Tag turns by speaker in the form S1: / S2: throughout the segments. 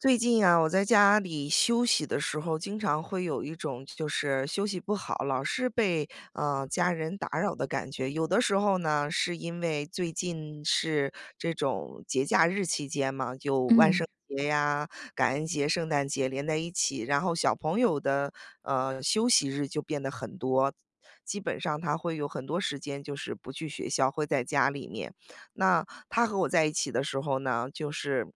S1: 最近啊，我在家里休息的时候，经常会有一种就是休息不好，老是被家人打扰的感觉。有的时候呢，是因为最近是这种节假日期间嘛，就万圣
S2: 嗯
S1: 节呀、感恩节、圣诞节连在一起，然后小朋友的休息日就变得很多。基本上他会有很多时间，就是不去学校，会在家里面。那他和我在一起的时候呢，就是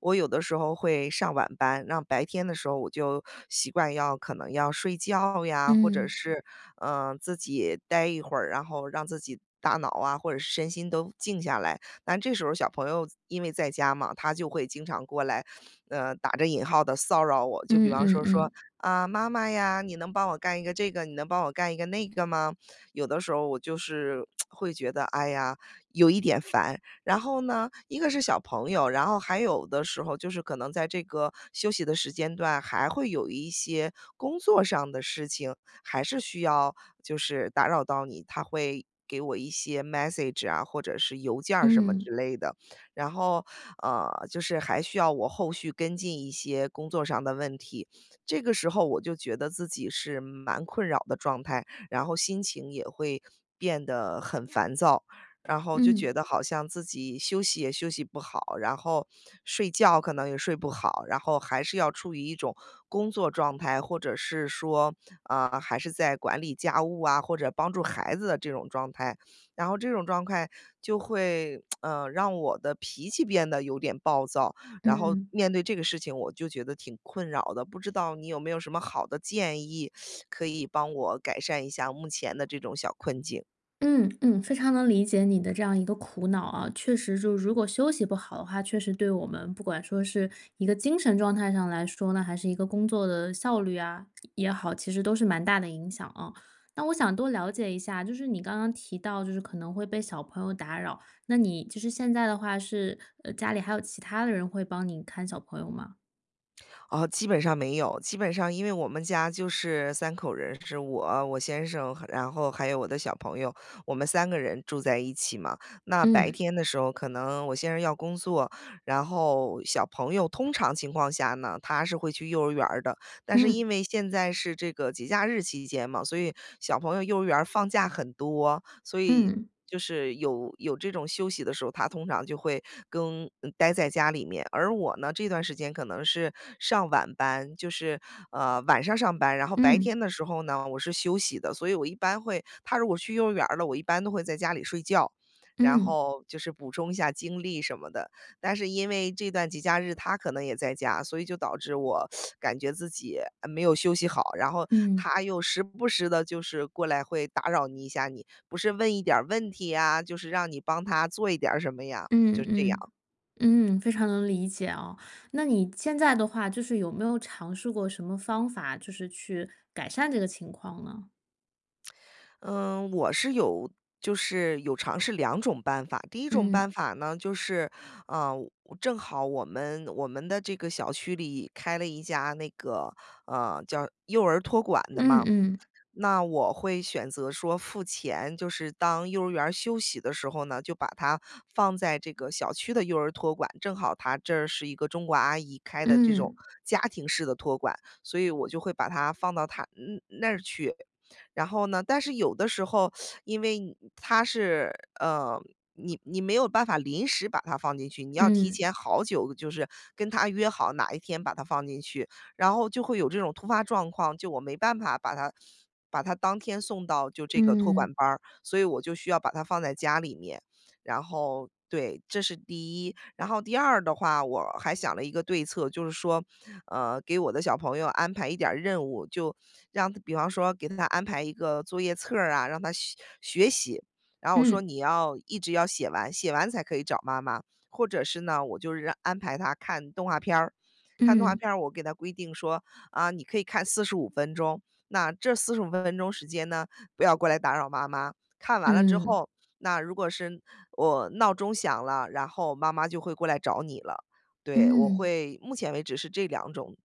S1: 我有的时候会上晚班，让白天的时候我就习惯要可能要睡觉呀，或者
S2: 嗯
S1: 是自己待一会儿，然后让自己。大脑啊，或者是身心都静下来。但这时候小朋友因为在家嘛，他就会经常过来，打着引号的骚扰我。就比
S2: 嗯
S1: 方
S2: 嗯
S1: 说
S2: 嗯
S1: 啊，妈妈呀，你能帮我干一个这个，你能帮我干一个那个吗？有的时候我就是 会觉得，哎呀，有一点烦。然后呢，一个是小朋友，然后还有的时候就是可能在这个休息的时间段，还会有一些工作上的事情，还是需要就是打扰到你，他会给我一些 message 啊，或者是邮件儿什么之
S2: 嗯
S1: 类的。然后，就是还需要我后续跟进一些工作上的问题。这个时候我就觉得自己是蛮困扰的状态，然后心情也会变得很烦躁。然后就
S2: 嗯
S1: 觉得好像自己休息也休息不好，然后睡觉可能也睡不好，然后还是要处于一种工作状态，或者是说，啊、还是在管理家务啊，或者帮助孩子的这种状态，然后这种状态就会，让我的脾气变得有点暴躁，然后
S2: 嗯
S1: 面对这个事情，我就觉得挺困扰的，不知道你有没有什么好的建议，可以帮我改善一下目前的这种小困境。
S2: 嗯，嗯，非常能理解你的这样一个苦恼啊。确实，就如果休息不好的话，确实对我们不管说是一个精神状态上来说呢，还是一个工作的效率啊也好，其实都是蛮大的影响啊。那我想多了解一下，就是你刚刚提到，就是可能会被小朋友打扰，那你就是现在的话是，家里还有其他的人会帮你看小朋友吗？
S1: 哦，基本上没有，基本上因为我们家就是三口人，是我、我先生，然后还有我的小朋友，我们三个人住在一起嘛。那白
S2: 嗯
S1: 天的时候可能我先生要工作，然后小朋友通常情况下呢，他是会去幼儿园儿的。但是
S2: 嗯
S1: 因为现在是这个节假日期间嘛，所以小朋友幼儿园儿放假很多，所以
S2: 嗯
S1: 就是有这种休息的时候，他通常就会跟待在家里面。而我呢，这段时间可能是上晚班，就是晚上上班，然后白
S2: 嗯
S1: 天的时候呢，我是休息的，所以我一般会，他如果去幼儿园儿了，我一般都会在家里睡觉。然
S2: 嗯。
S1: 后就是补充一下精力什么的，但是因为这段节假日他可能也在家，所以就导致我感觉自己没有休息好，然后
S2: 嗯，
S1: 他又时不时的就是过来会打扰你一下你不是问一点儿问题呀，就是让你帮他做一点儿什么呀，就
S2: 嗯
S1: 这
S2: 嗯
S1: 样。
S2: 嗯，非常能理解哦。那你现在的话，就是有没有尝试过什么方法，就是去改善这个情况呢？
S1: 嗯，我是有就是有尝试两种办法。第一种
S2: 嗯
S1: 办法呢，就是，呃，正好我们的这个小区里开了一家那个，叫幼儿托管的
S2: 嗯
S1: 嘛。
S2: 嗯
S1: 那我会选择说付钱，就是当幼儿园儿休息的时候呢，就把它放在这个小区的幼儿托管，正好他这儿是一个中国阿姨开的这种
S2: 嗯
S1: 家庭式的托管，所以我就会把它放到他那儿去。然后呢，但是有的时候，因为他是呃，你没有办法临时把它放进去，你要提
S2: 嗯
S1: 前好久，就是跟他约好哪一天把它放进去。然后就会有这种突发状况，就我没办法把他当天送到就这个托
S2: 嗯
S1: 管班儿，所以我就需要把他放在家里面。然后对，这是第一。然后第二的话，我还想了一个对策，就是说，给我的小朋友安排一点儿任务，就让他比方说给他安排一个作业册儿啊，让他学学习。然后我说
S2: 嗯
S1: 你要一直要写完，写完才可以找妈妈，或者是呢，我就是让安排他看动画片儿。看动画
S2: 嗯
S1: 片儿，我给他规定说，啊，你可以看四十五分钟，那这四十五分钟时间呢，不要过来打扰妈妈。看完了之
S2: 嗯嗯
S1: 后，那如果是我闹钟响了，然后妈妈就会过来找你了。对，我
S2: 嗯
S1: 会目前为止是这两种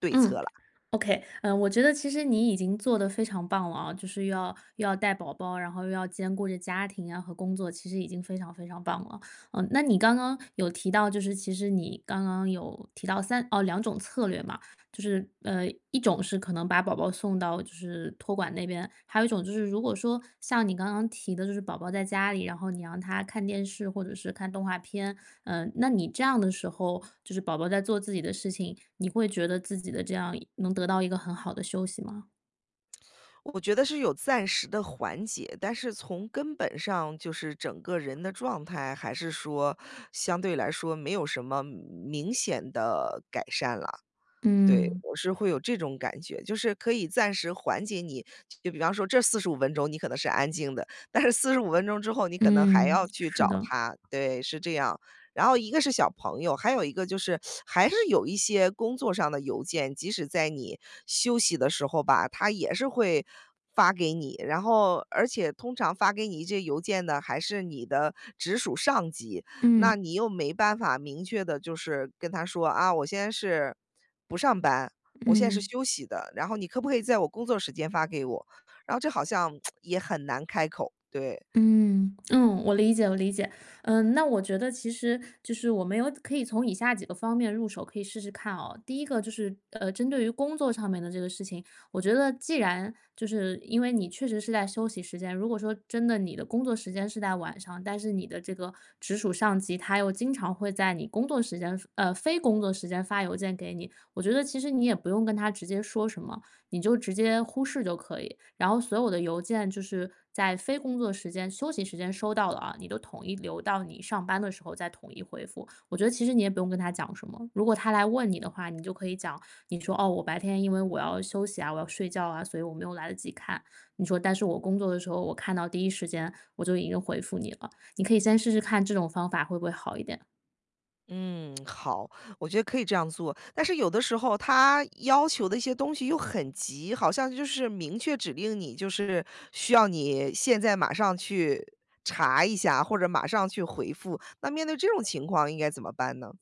S1: 对策
S2: 嗯
S1: 了。
S2: OK，嗯，我觉得其实你已经做的非常棒了啊，就是又要带宝宝，然后又要兼顾着家庭啊和工作，其实已经非常非常棒了。嗯，那你刚刚有提到，就是其实你刚刚有提到两种策略嘛，就是一种是可能把宝宝送到就是托管那边，还有一种就是如果说像你刚刚提的，就是宝宝在家里，然后你让他看电视或者是看动画片，嗯，那你这样的时候，就是宝宝在做自己的事情，你会觉得自己的这样能得到一个很好的休息吗？
S1: 我觉得是有暂时的缓解，但是从根本上就是整个人的状态，还是说相对来说没有什么明显的改善了。对，
S2: 嗯
S1: 我是会有这种感觉，就是可以暂时缓解你就比方说这四十五分钟你可能是安静的，但是四十五分钟之后你可能还
S2: 嗯，
S1: 要去
S2: 是
S1: 找
S2: 的，
S1: 他，对，是这样。然后一个是小朋友，还有一个就是还是有一些工作上的邮件，即使在你休息的时候吧，他也是会发给你。然后而且通常发给你这邮件的还是你的直属上级，那
S2: 嗯
S1: 你又没办法明确的，就是跟他说：“啊，我现在是不上班，我现在是
S2: 嗯。
S1: 休息的，然后你可不可以在我工作时间发给我？”然后这好像 也很难开口，对。
S2: 嗯嗯，我理解，我理解。嗯，那我觉得其实就是我们有可以从以下几个方面入手，可以试试看哦。第一个就是，针对于工作上面的这个事情，我觉得既然就是因为你确实是在休息时间，如果说真的你的工作时间是在晚上，但是你的这个直属上级他又经常会在你工作时间，非工作时间发邮件给你，我觉得其实你也不用跟他直接说什么，你就直接忽视就可以。然后所有的邮件就是在非工作时间、休息时间收到了啊，你都统一留到你上班的时候再统一回复。我觉得其实你也不用跟他讲什么，如果他来问你的话，你就可以讲，你说：“哦，我白天因为我要休息啊，我要睡觉啊，所以我没有来得及看。”你说：“但是我工作的时候，我看到第一时间我就已经回复你了。”你可以先试试看这种方法会不会好一点。
S1: 嗯，好，我觉得可以这样做。但是有的时候他要求的一些东西又很急，好像就是明确指令你，就是需要你现在马上去查一下，或者马上去回复。那面对这种情况应该怎么办呢？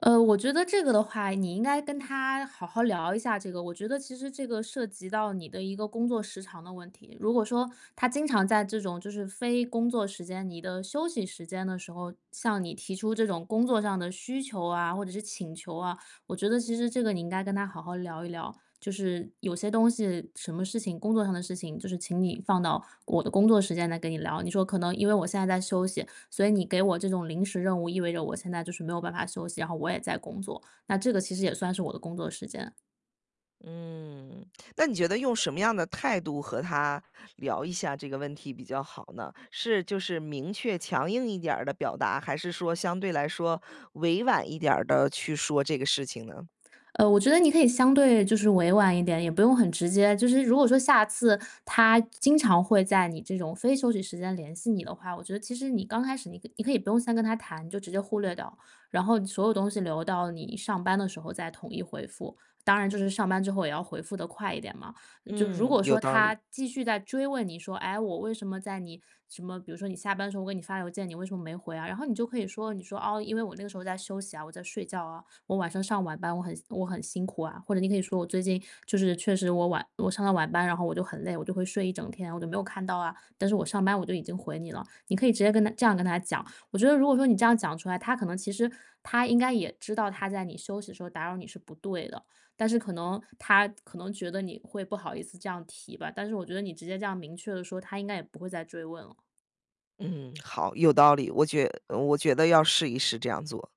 S2: 我觉得这个的话，你应该跟他好好聊一下这个。我觉得其实这个涉及到你的一个工作时长的问题。如果说他经常在这种就是非工作时间、你的休息时间的时候，向你提出这种工作上的需求啊，或者是请求啊，我觉得其实这个你应该跟他好好聊一聊。就是有些东西，什么事情，工作上的事情，就是请你放到我的工作时间来跟你聊。你说可能因为我现在在休息，所以你给我这种临时任务，意味着我现在就是没有办法休息，然后我也在工作。那这个其实也算是我的工作时间。
S1: 嗯，那你觉得用什么样的态度和他聊一下这个问题比较好呢？是就是明确强硬一点儿的表达，还是说相对来说委婉一点儿的去说这个事情呢？
S2: 我觉得你可以相对就是委婉一点，也不用很直接。就是如果说下次他经常会在你这种非休息时间联系你的话，我觉得其实你刚开始你可以不用先跟他谈，你就直接忽略掉，然后所有东西留到你上班的时候再统一回复。当然，就是上班之后也要回复的快一点嘛。就如
S1: 嗯，
S2: 果
S1: 有
S2: 说
S1: 道理。
S2: 他继续在追问你说，哎，我为什么在你什么，比如说你下班的时候我给你发邮件，你为什么没回啊？然后你就可以说，你说哦，因为我那个时候在休息啊，我在睡觉啊，我晚上上晚班，我很辛苦啊。或者你可以说我最近就是确实我上了晚班，然后我就很累，我就会睡一整天，我就没有看到啊。但是我上班我就已经回你了，你可以直接跟他这样跟他讲。我觉得如果说你这样讲出来，他可能其实他应该也知道他在你休息的时候打扰你是不对的，但是可能他可能觉得你会不好意思这样提吧，但是我觉得你直接这样明确的说，他应该也不会再追问了。
S1: 嗯，好，有道理。我觉得要试一试这样做。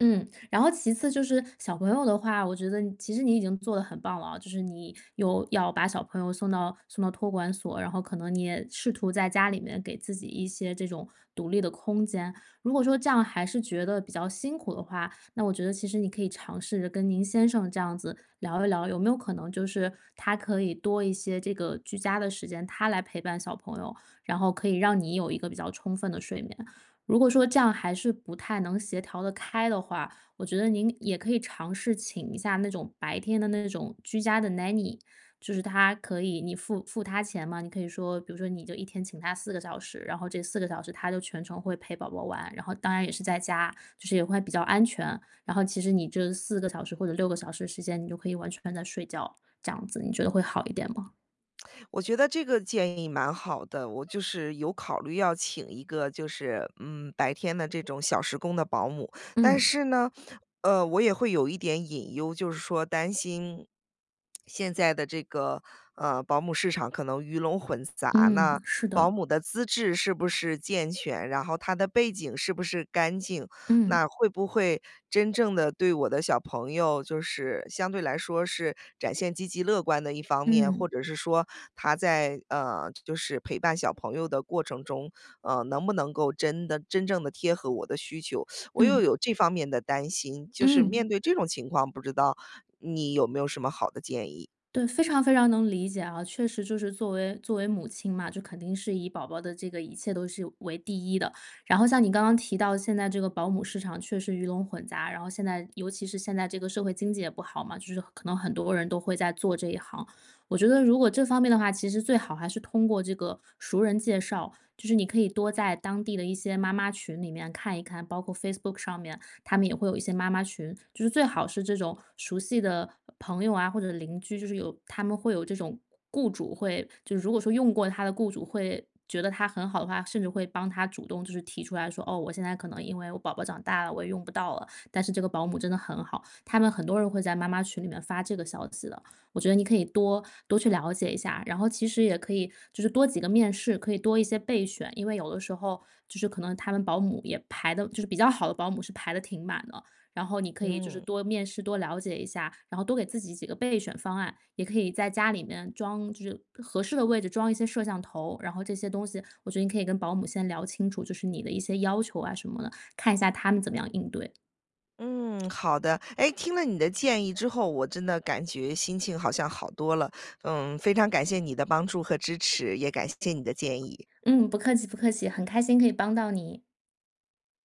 S2: 嗯，然后其次就是小朋友的话，我觉得你其实你已经做得很棒了啊，就是你有要把小朋友送到托管所，然后可能你也试图在家里面给自己一些这种独立的空间。如果说这样还是觉得比较辛苦的话，那我觉得其实你可以尝试着跟您先生这样子聊一聊，有没有可能就是他可以多一些这个居家的时间，他来陪伴小朋友，然后可以让你有一个比较充分的睡眠。如果说这样还是不太能协调的开的话，我觉得您也可以尝试请一下那种白天的那种居家的 nanny，就是他可以你付他钱嘛，你可以说，比如说你就一天请他四个小时，然后这四个小时他就全程会陪宝宝玩，然后当然也是在家，就是也会比较安全。然后其实你这四个小时或者6个小时的时间，你就可以完全在睡觉，这样子你觉得会好一点吗？
S1: 我觉得这个建议蛮好的，我就是有考虑要请一个就是白天的这种小时工的保姆，但
S2: 嗯，
S1: 是呢，我也会有一点隐忧，就是说担心现在的这个保姆市场可能鱼龙混杂呢，
S2: 嗯，是
S1: 保
S2: 的，
S1: 姆的资质是不是健全，然后她的背景是不是干净，那
S2: 嗯，
S1: 会不会真正的对我的小朋友，就是相对来说是展现积极乐观的一方面，或
S2: 嗯，
S1: 者是说他在，就是陪伴小朋友的过程中，能不能够真的真正的贴合我的需求？我又
S2: 嗯，
S1: 有这方面的担心，就是
S2: 嗯。
S1: 面对这种情况，不知道你有没有什么好的建议？
S2: 对，非常非常能理解啊，确实就是作为母亲嘛，就肯定是以宝宝的这个一切都是为第一的。然后像你刚刚提到，现在这个保姆市场确实鱼龙混杂，然后现在尤其是现在这个社会经济也不好嘛，就是可能很多人都会在做这一行。我觉得如果这方面的话，其实最好还是通过这个熟人介绍，就是你可以多在当地的一些妈妈群里面看一看，包括 Facebook 上面。他们也会有一些妈妈群，就是最好是这种熟悉的朋友啊，或者邻居，就是有他们会有这种雇主会，就是如果说用过他的雇主会觉得他很好的话，甚至会帮他主动就是提出来说，哦，我现在可能因为我宝宝长大了，我也用不到了，但是这个保姆真的很好，他们很多人会在妈妈群里面发这个消息的。我觉得你可以多多去了解一下，然后其实也可以就是多几个面试，可以多一些备选，因为有的时候就是可能他们保姆也排的，就是比较好的保姆是排的挺满的，然后你可以就是
S1: 嗯。
S2: 多面试，多了解一下，然后多给自己几个备选方案，也可以在家里面装，就是合适的位置装一些摄像头，然后这些东西，我觉得你可以跟保姆先聊清楚，就是你的一些要求啊什么的，看一下他们怎么样应对。
S1: 嗯，好的。哎，听了你的建议之后，我真的感觉心情好像好多了。嗯，非常感谢你的帮助和支持，也感谢你的建议。
S2: 嗯，不客气不客气，很开心可以帮到你。